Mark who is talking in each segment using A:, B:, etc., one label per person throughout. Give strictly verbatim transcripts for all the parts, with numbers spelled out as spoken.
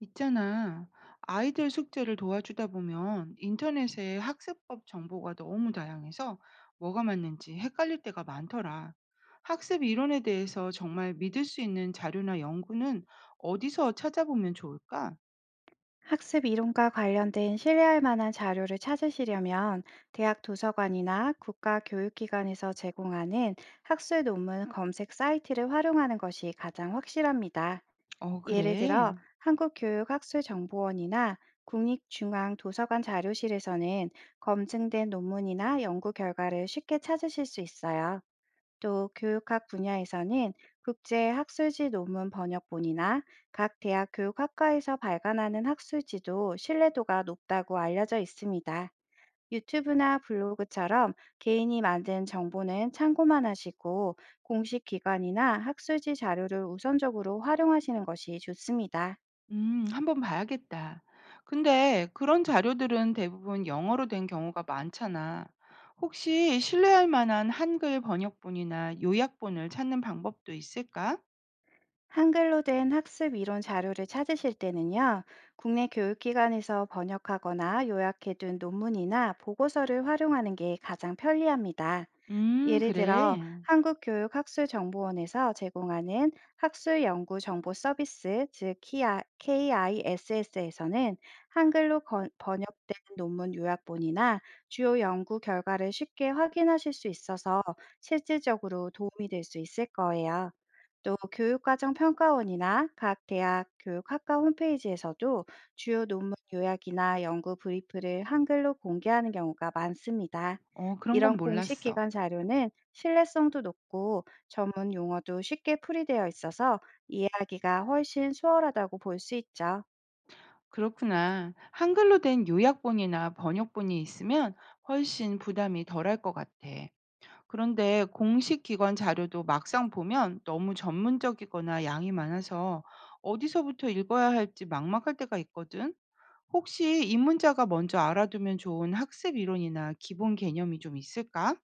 A: 있잖아. 아이들 숙제를 도와주다 보면 인터넷에 학습법 정보가 너무 다양해서 뭐가 맞는지 헷갈릴 때가 많더라. 학습 이론에 대해서 정말 믿을 수 있는 자료나 연구는 어디서 찾아보면 좋을까?
B: 학습 이론과 관련된 신뢰할 만한 자료를 찾으시려면 대학 도서관이나 국가교육기관에서 제공하는 학술 논문 검색 사이트를 활용하는 것이 가장 확실합니다.
A: 어,
B: 예를
A: 그래.
B: 들어 한국교육학술정보원이나 국립중앙도서관 자료실에서는 검증된 논문이나 연구 결과를 쉽게 찾으실 수 있어요. 또 교육학 분야에서는 국제 학술지 논문 번역본이나 각 대학 교육학과에서 발간하는 학술지도 신뢰도가 높다고 알려져 있습니다. 유튜브나 블로그처럼 개인이 만든 정보는 참고만 하시고 공식 기관이나 학술지 자료를 우선적으로 활용하시는 것이 좋습니다.
A: 음, 한번 봐야겠다. 근데 그런 자료들은 대부분 영어로 된 경우가 많잖아. 혹시 신뢰할 만한 한글 번역본이나 요약본을 찾는 방법도 있을까?
B: 한글로 된 학습 이론 자료를 찾으실 때는요, 국내 교육기관에서 번역하거나 요약해둔 논문이나 보고서를 활용하는 게 가장 편리합니다.
A: 음,
B: 예를
A: 그래.
B: 들어, 한국교육학술정보원에서 제공하는 학술연구정보서비스, 즉 케이아이에스에스에서는 한글로 건- 번역된 논문 요약본이나 주요 연구 결과를 쉽게 확인하실 수 있어서 실질적으로 도움이 될 수 있을 거예요. 또 교육과정 평가원이나 각 대학 교육학과 홈페이지에서도 주요 논문 요약이나 연구 브리프를 한글로 공개하는 경우가 많습니다.
A: 어, 그런 건
B: 이런 공식
A: 몰랐어.
B: 기관 자료는 신뢰성도 높고 전문 용어도 쉽게 풀이되어 있어서 이해하기가 훨씬 수월하다고 볼 수 있죠.
A: 그렇구나. 한글로 된 요약본이나 번역본이 있으면 훨씬 부담이 덜할 것 같아. 그런데 공식 기관 자료도 막상 보면 너무 전문적이거나 양이 많아서 어디서부터 읽어야 할지 막막할 때가 있거든. 혹시 입문자가 먼저 알아두면 좋은 학습 이론이나 기본 개념이 좀 있을까?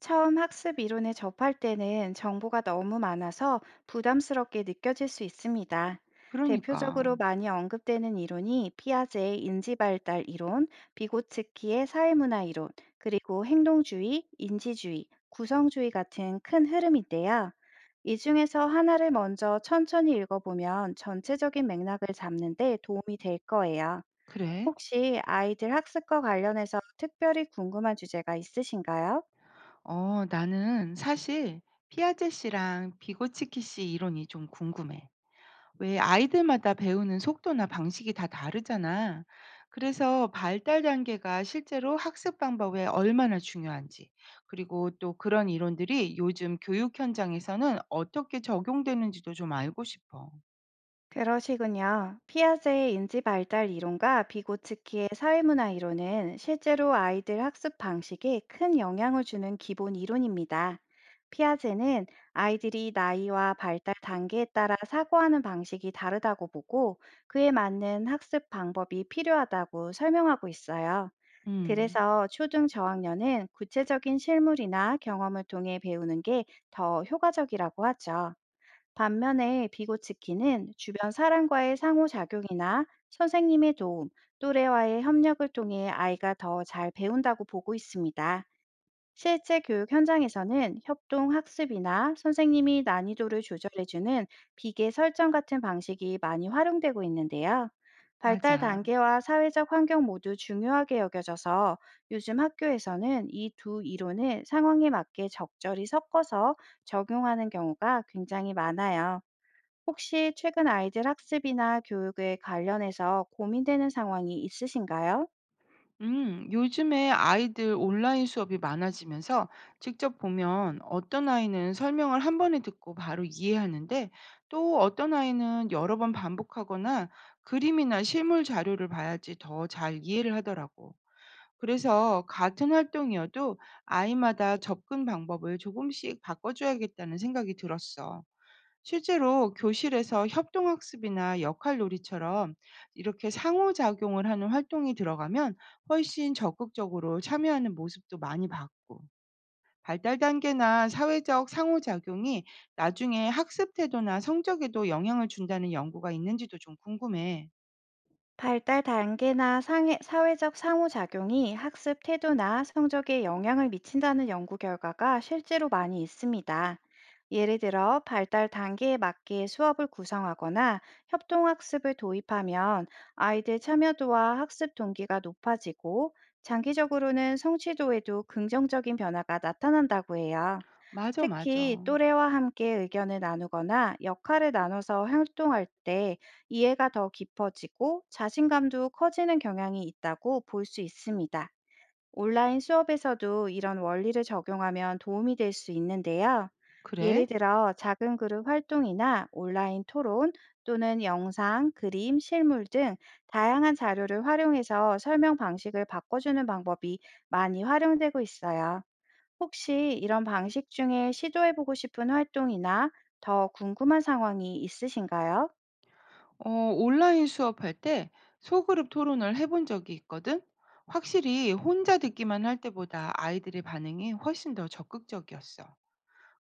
B: 처음 학습 이론에 접할 때는 정보가 너무 많아서 부담스럽게 느껴질 수 있습니다.
A: 그러니까.
B: 대표적으로 많이 언급되는 이론이 피아제의 인지발달 이론, 비고츠키의 사회문화 이론, 그리고 행동주의, 인지주의, 구성주의 같은 큰 흐름인데요. 이 중에서 하나를 먼저 천천히 읽어보면 전체적인 맥락을 잡는데 도움이 될 거예요.
A: 그래.
B: 혹시 아이들 학습과 관련해서 특별히 궁금한 주제가 있으신가요?
A: 어, 나는 사실 피아제 씨랑 비고치키 씨 이론이 좀 궁금해. 왜 아이들마다 배우는 속도나 방식이 다 다르잖아. 그래서 발달 단계가 실제로 학습 방법에 얼마나 중요한지, 그리고 또 그런 이론들이 요즘 교육 현장에서는 어떻게 적용되는지도 좀 알고 싶어.
B: 그러시군요. 피아제의 인지 발달 이론과 비고츠키의 사회문화 이론은 실제로 아이들 학습 방식에 큰 영향을 주는 기본 이론입니다. 피아제는 아이들이 나이와 발달 단계에 따라 사고하는 방식이 다르다고 보고 그에 맞는 학습 방법이 필요하다고 설명하고 있어요.
A: 음,
B: 그래서 초등 저학년은 구체적인 실물이나 경험을 통해 배우는 게 더 효과적이라고 하죠. 반면에 비고치키는 주변 사람과의 상호작용이나 선생님의 도움, 또래와의 협력을 통해 아이가 더 잘 배운다고 보고 있습니다. 실제 교육 현장에서는 협동 학습이나 선생님이 난이도를 조절해주는 비계 설정 같은 방식이 많이 활용되고 있는데요. 발달
A: 맞아.
B: 단계와 사회적 환경 모두 중요하게 여겨져서 요즘 학교에서는 이 두 이론을 상황에 맞게 적절히 섞어서 적용하는 경우가 굉장히 많아요. 혹시 최근 아이들 학습이나 교육에 관련해서 고민되는 상황이 있으신가요?
A: 음, 요즘에 아이들 온라인 수업이 많아지면서 직접 보면 어떤 아이는 설명을 한 번에 듣고 바로 이해하는데 또 어떤 아이는 여러 번 반복하거나 그림이나 실물 자료를 봐야지 더 잘 이해를 하더라고. 그래서 같은 활동이어도 아이마다 접근 방법을 조금씩 바꿔줘야겠다는 생각이 들었어. 실제로 교실에서 협동학습이나 역할놀이처럼 이렇게 상호작용을 하는 활동이 들어가면 훨씬 적극적으로 참여하는 모습도 많이 봤고, 발달 단계나 사회적 상호작용이 나중에 학습 태도나 성적에도 영향을 준다는 연구가 있는지도 좀 궁금해.
B: 발달 단계나 상해- 사회적 상호작용이 학습 태도나 성적에 영향을 미친다는 연구 결과가 실제로 많이 있습니다. 예를 들어 발달 단계에 맞게 수업을 구성하거나 협동학습을 도입하면 아이들 참여도와 학습 동기가 높아지고 장기적으로는 성취도에도 긍정적인 변화가 나타난다고 해요.
A: 맞아, 맞아.
B: 특히 또래와 함께 의견을 나누거나 역할을 나눠서 활동할 때 이해가 더 깊어지고 자신감도 커지는 경향이 있다고 볼 수 있습니다. 온라인 수업에서도 이런 원리를 적용하면 도움이 될 수 있는데요. 예를
A: 그래?
B: 들어 작은 그룹 활동이나 온라인 토론 또는 영상, 그림, 실물 등 다양한 자료를 활용해서 설명 방식을 바꿔주는 방법이 많이 활용되고 있어요. 혹시 이런 방식 중에 시도해보고 싶은 활동이나 더 궁금한 상황이 있으신가요?
A: 어, 온라인 수업할 때 소그룹 토론을 해본 적이 있거든? 확실히 혼자 듣기만 할 때보다 아이들의 반응이 훨씬 더 적극적이었어.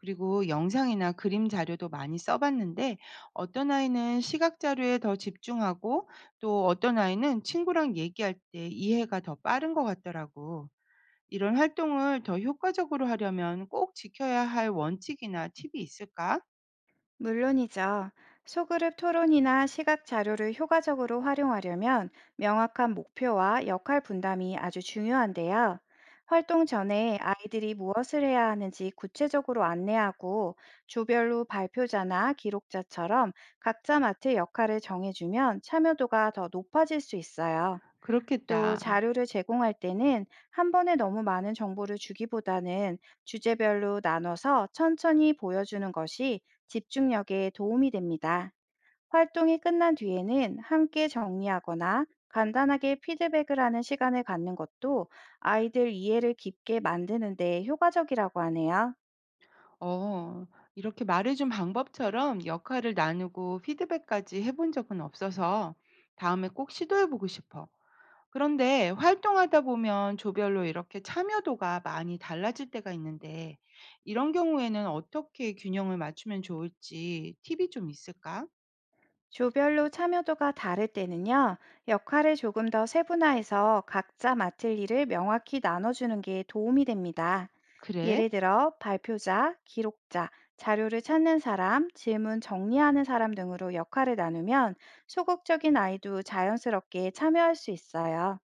A: 그리고 영상이나 그림 자료도 많이 써봤는데 어떤 아이는 시각 자료에 더 집중하고 또 어떤 아이는 친구랑 얘기할 때 이해가 더 빠른 것 같더라고. 이런 활동을 더 효과적으로 하려면 꼭 지켜야 할 원칙이나 팁이 있을까?
B: 물론이죠. 소그룹 토론이나 시각 자료를 효과적으로 활용하려면 명확한 목표와 역할 분담이 아주 중요한데요. 활동 전에 아이들이 무엇을 해야 하는지 구체적으로 안내하고 조별로 발표자나 기록자처럼 각자 맡을 역할을 정해주면 참여도가 더 높아질 수 있어요. 또
A: 그렇겠다.
B: 자료를 제공할 때는 한 번에 너무 많은 정보를 주기보다는 주제별로 나눠서 천천히 보여주는 것이 집중력에 도움이 됩니다. 활동이 끝난 뒤에는 함께 정리하거나 간단하게 피드백을 하는 시간을 갖는 것도 아이들 이해를 깊게 만드는 데 효과적이라고 하네요.
A: 어, 이렇게 말해준 방법처럼 역할을 나누고 피드백까지 해본 적은 없어서 다음에 꼭 시도해보고 싶어. 그런데 활동하다 보면 조별로 이렇게 참여도가 많이 달라질 때가 있는데, 이런 경우에는 어떻게 균형을 맞추면 좋을지 팁이 좀 있을까?
B: 조별로 참여도가 다를 때는요, 역할을 조금 더 세분화해서 각자 맡을 일을 명확히 나눠주는 게 도움이 됩니다. 예를
A: 그래?
B: 들어, 발표자, 기록자, 자료를 찾는 사람, 질문 정리하는 사람 등으로 역할을 나누면 소극적인 아이도 자연스럽게 참여할 수 있어요.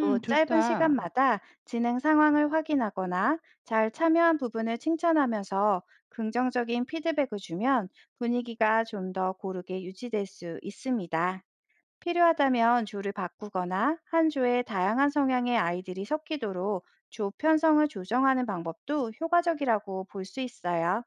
B: 또 짧은
A: 좋다.
B: 시간마다 진행 상황을 확인하거나 잘 참여한 부분을 칭찬하면서 긍정적인 피드백을 주면 분위기가 좀 더 고르게 유지될 수 있습니다. 필요하다면 조를 바꾸거나 한 조에 다양한 성향의 아이들이 섞이도록 조 편성을 조정하는 방법도 효과적이라고 볼 수 있어요.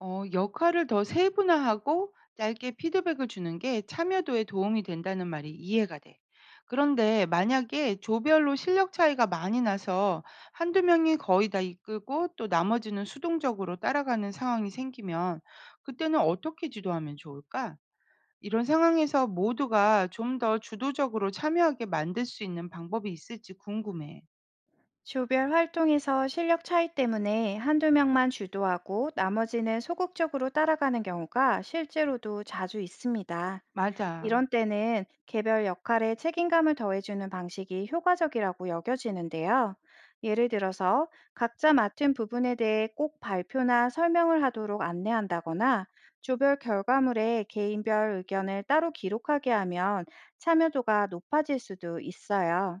A: 어, 역할을 더 세분화하고 짧게 피드백을 주는 게 참여도에 도움이 된다는 말이 이해가 돼. 그런데 만약에 조별로 실력 차이가 많이 나서 한두 명이 거의 다 이끌고 또 나머지는 수동적으로 따라가는 상황이 생기면 그때는 어떻게 지도하면 좋을까? 이런 상황에서 모두가 좀 더 주도적으로 참여하게 만들 수 있는 방법이 있을지 궁금해.
B: 조별 활동에서 실력 차이 때문에 한두 명만 주도하고 나머지는 소극적으로 따라가는 경우가 실제로도 자주 있습니다.
A: 맞아.
B: 이런 때는 개별 역할에 책임감을 더해주는 방식이 효과적이라고 여겨지는데요. 예를 들어서 각자 맡은 부분에 대해 꼭 발표나 설명을 하도록 안내한다거나 조별 결과물에 개인별 의견을 따로 기록하게 하면 참여도가 높아질 수도 있어요.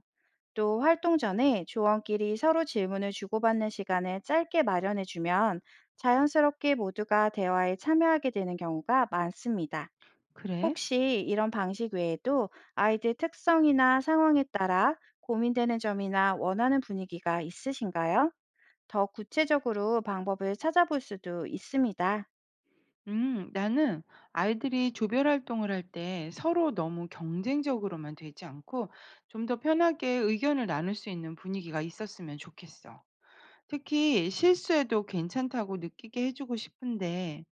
B: 또 활동 전에 조원끼리 서로 질문을 주고받는 시간을 짧게 마련해주면 자연스럽게 모두가 대화에 참여하게 되는 경우가 많습니다.
A: 그래?
B: 혹시 이런 방식 외에도 아이들 특성이나 상황에 따라 고민되는 점이나 원하는 분위기가 있으신가요? 더 구체적으로 방법을 찾아볼 수도 있습니다.
A: 음, 나는 아이들이 조별 활동을 할 때 서로 너무 경쟁적으로만 되지 않고 좀 더 편하게 의견을 나눌 수 있는 분위기가 있었으면 좋겠어. 특히 실수해도 괜찮다고 느끼게 해주고 싶은데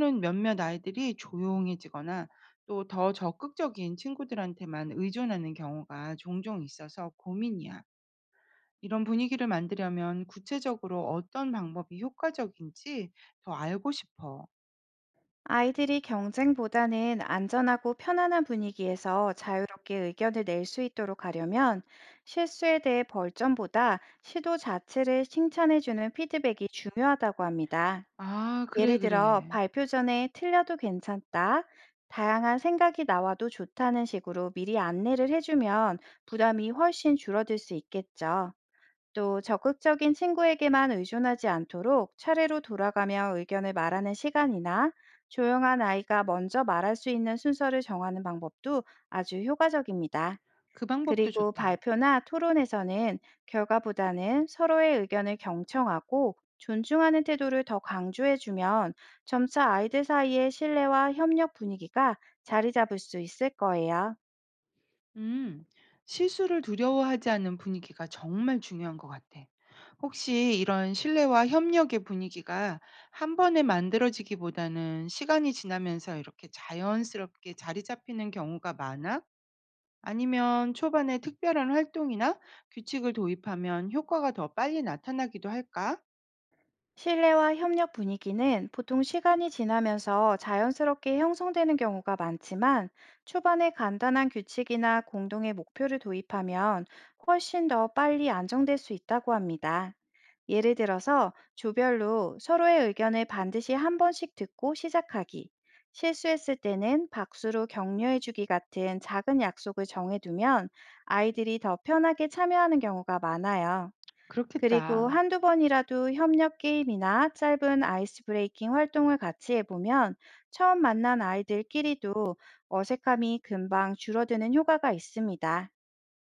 A: 실제로는 몇몇 아이들이 조용해지거나 또 더 적극적인 친구들한테만 의존하는 경우가 종종 있어서 고민이야. 이런 분위기를 만들려면 구체적으로 어떤 방법이 효과적인지 더 알고 싶어.
B: 아이들이 경쟁보다는 안전하고 편안한 분위기에서 자유롭게 의견을 낼 수 있도록 하려면 실수에 대해 벌점보다 시도 자체를 칭찬해주는 피드백이 중요하다고 합니다.
A: 아 그래,
B: 예를 들어
A: 그래.
B: 발표 전에 틀려도 괜찮다, 다양한 생각이 나와도 좋다는 식으로 미리 안내를 해주면 부담이 훨씬 줄어들 수 있겠죠. 또 적극적인 친구에게만 의존하지 않도록 차례로 돌아가며 의견을 말하는 시간이나 조용한 아이가 먼저 말할 수 있는 순서를 정하는 방법도 아주 효과적입니다.
A: 그 방법도
B: 그리고
A: 좋다.
B: 발표나 토론에서는 결과보다는 서로의 의견을 경청하고 존중하는 태도를 더 강조해주면 점차 아이들 사이의 신뢰와 협력 분위기가 자리 잡을 수 있을 거예요.
A: 음. 실수를 두려워하지 않는 분위기가 정말 중요한 것 같아. 혹시 이런 신뢰와 협력의 분위기가 한 번에 만들어지기보다는 시간이 지나면서 이렇게 자연스럽게 자리 잡히는 경우가 많아? 아니면 초반에 특별한 활동이나 규칙을 도입하면 효과가 더 빨리 나타나기도 할까?
B: 신뢰와 협력 분위기는 보통 시간이 지나면서 자연스럽게 형성되는 경우가 많지만 초반에 간단한 규칙이나 공동의 목표를 도입하면 훨씬 더 빨리 안정될 수 있다고 합니다. 예를 들어서 조별로 서로의 의견을 반드시 한 번씩 듣고 시작하기, 실수했을 때는 박수로 격려해주기 같은 작은 약속을 정해두면 아이들이 더 편하게 참여하는 경우가 많아요. 그리고
A: 그렇겠다.
B: 한두 번이라도 협력 게임이나 짧은 아이스 브레이킹 활동을 같이 해보면 처음 만난 아이들끼리도 어색함이 금방 줄어드는 효과가 있습니다.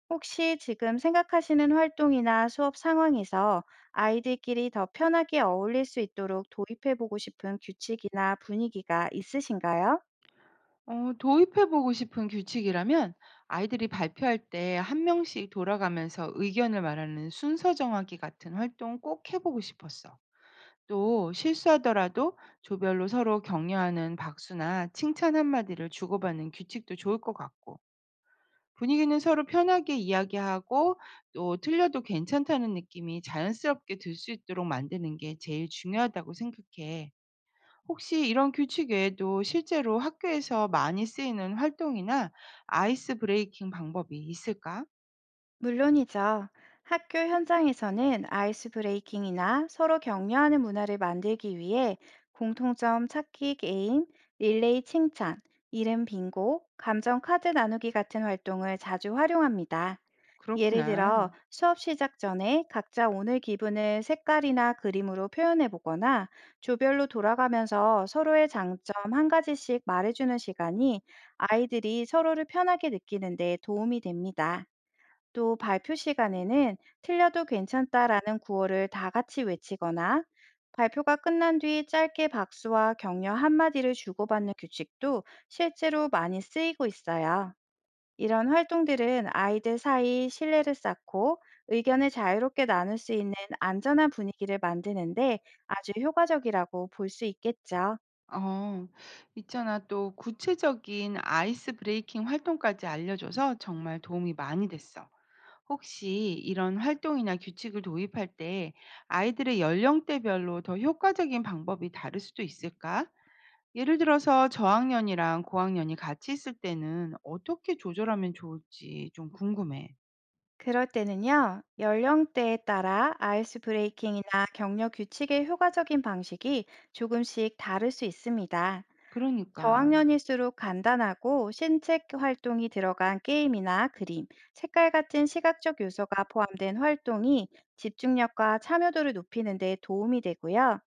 B: 혹시 지금 생각하시는 활동이나 수업 상황에서 아이들끼리 더 편하게 어울릴 수 있도록 도입해 보고 싶은 규칙이나 분위기가 있으신가요?
A: 어, 도입해 보고 싶은 규칙이라면 아이들이 발표할 때 한 명씩 돌아가면서 의견을 말하는 순서 정하기 같은 활동 꼭 해 보고 싶었어. 또 실수하더라도 조별로 서로 격려하는 박수나 칭찬 한마디를 주고받는 규칙도 좋을 것 같고, 분위기는 서로 편하게 이야기하고 또 틀려도 괜찮다는 느낌이 자연스럽게 들 수 있도록 만드는 게 제일 중요하다고 생각해. 혹시 이런 규칙 외에도 실제로 학교에서 많이 쓰이는 활동이나 아이스 브레이킹 방법이 있을까?
B: 물론이죠. 학교 현장에서는 아이스 브레이킹이나 서로 격려하는 문화를 만들기 위해 공통점 찾기 게임, 릴레이 칭찬, 이름 빙고, 감정 카드 나누기 같은 활동을 자주 활용합니다. 예를
A: 그렇구나.
B: 들어 수업 시작 전에 각자 오늘 기분을 색깔이나 그림으로 표현해 보거나 조별로 돌아가면서 서로의 장점 한 가지씩 말해주는 시간이 아이들이 서로를 편하게 느끼는 데 도움이 됩니다. 또 발표 시간에는 틀려도 괜찮다라는 구호를 다 같이 외치거나 발표가 끝난 뒤 짧게 박수와 격려 한마디를 주고받는 규칙도 실제로 많이 쓰이고 있어요. 이런 활동들은 아이들 사이 신뢰를 쌓고 의견을 자유롭게 나눌 수 있는 안전한 분위기를 만드는데 아주 효과적이라고 볼 수 있겠죠.
A: 어, 있잖아. 또 구체적인 아이스 브레이킹 활동까지 알려줘서 정말 도움이 많이 됐어. 혹시 이런 활동이나 규칙을 도입할 때 아이들의 연령대별로 더 효과적인 방법이 다를 수도 있을까? 예를 들어서 저학년이랑 고학년이 같이 있을 때는 어떻게 조절하면 좋을지 좀 궁금해.
B: 그럴 때는요, 연령대에 따라 아이스 브레이킹이나 격려 규칙의 효과적인 방식이 조금씩 다를 수 있습니다.
A: 그러니까.
B: 저학년일수록 간단하고 신체 활동이 들어간 게임이나 그림, 색깔 같은 시각적 요소가 포함된 활동이 집중력과 참여도를 높이는 데 도움이 되고요.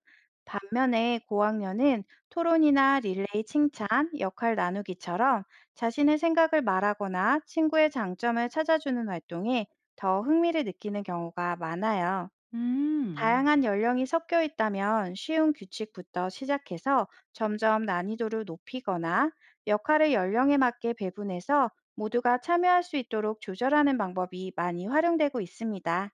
B: 반면에 고학년은 토론이나 릴레이 칭찬, 역할 나누기처럼 자신의 생각을 말하거나 친구의 장점을 찾아주는 활동에 더 흥미를 느끼는 경우가 많아요.
A: 음.
B: 다양한 연령이 섞여 있다면 쉬운 규칙부터 시작해서 점점 난이도를 높이거나 역할을 연령에 맞게 배분해서 모두가 참여할 수 있도록 조절하는 방법이 많이 활용되고 있습니다.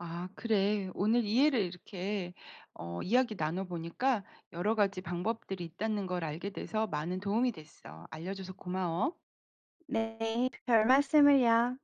A: 아 그래. 오늘 이해를 이렇게 어 이야기 나눠 보니까 여러 가지 방법들이 있다는 걸 알게 돼서 많은 도움이 됐어. 알려줘서 고마워.
B: 네, 별 말씀을요.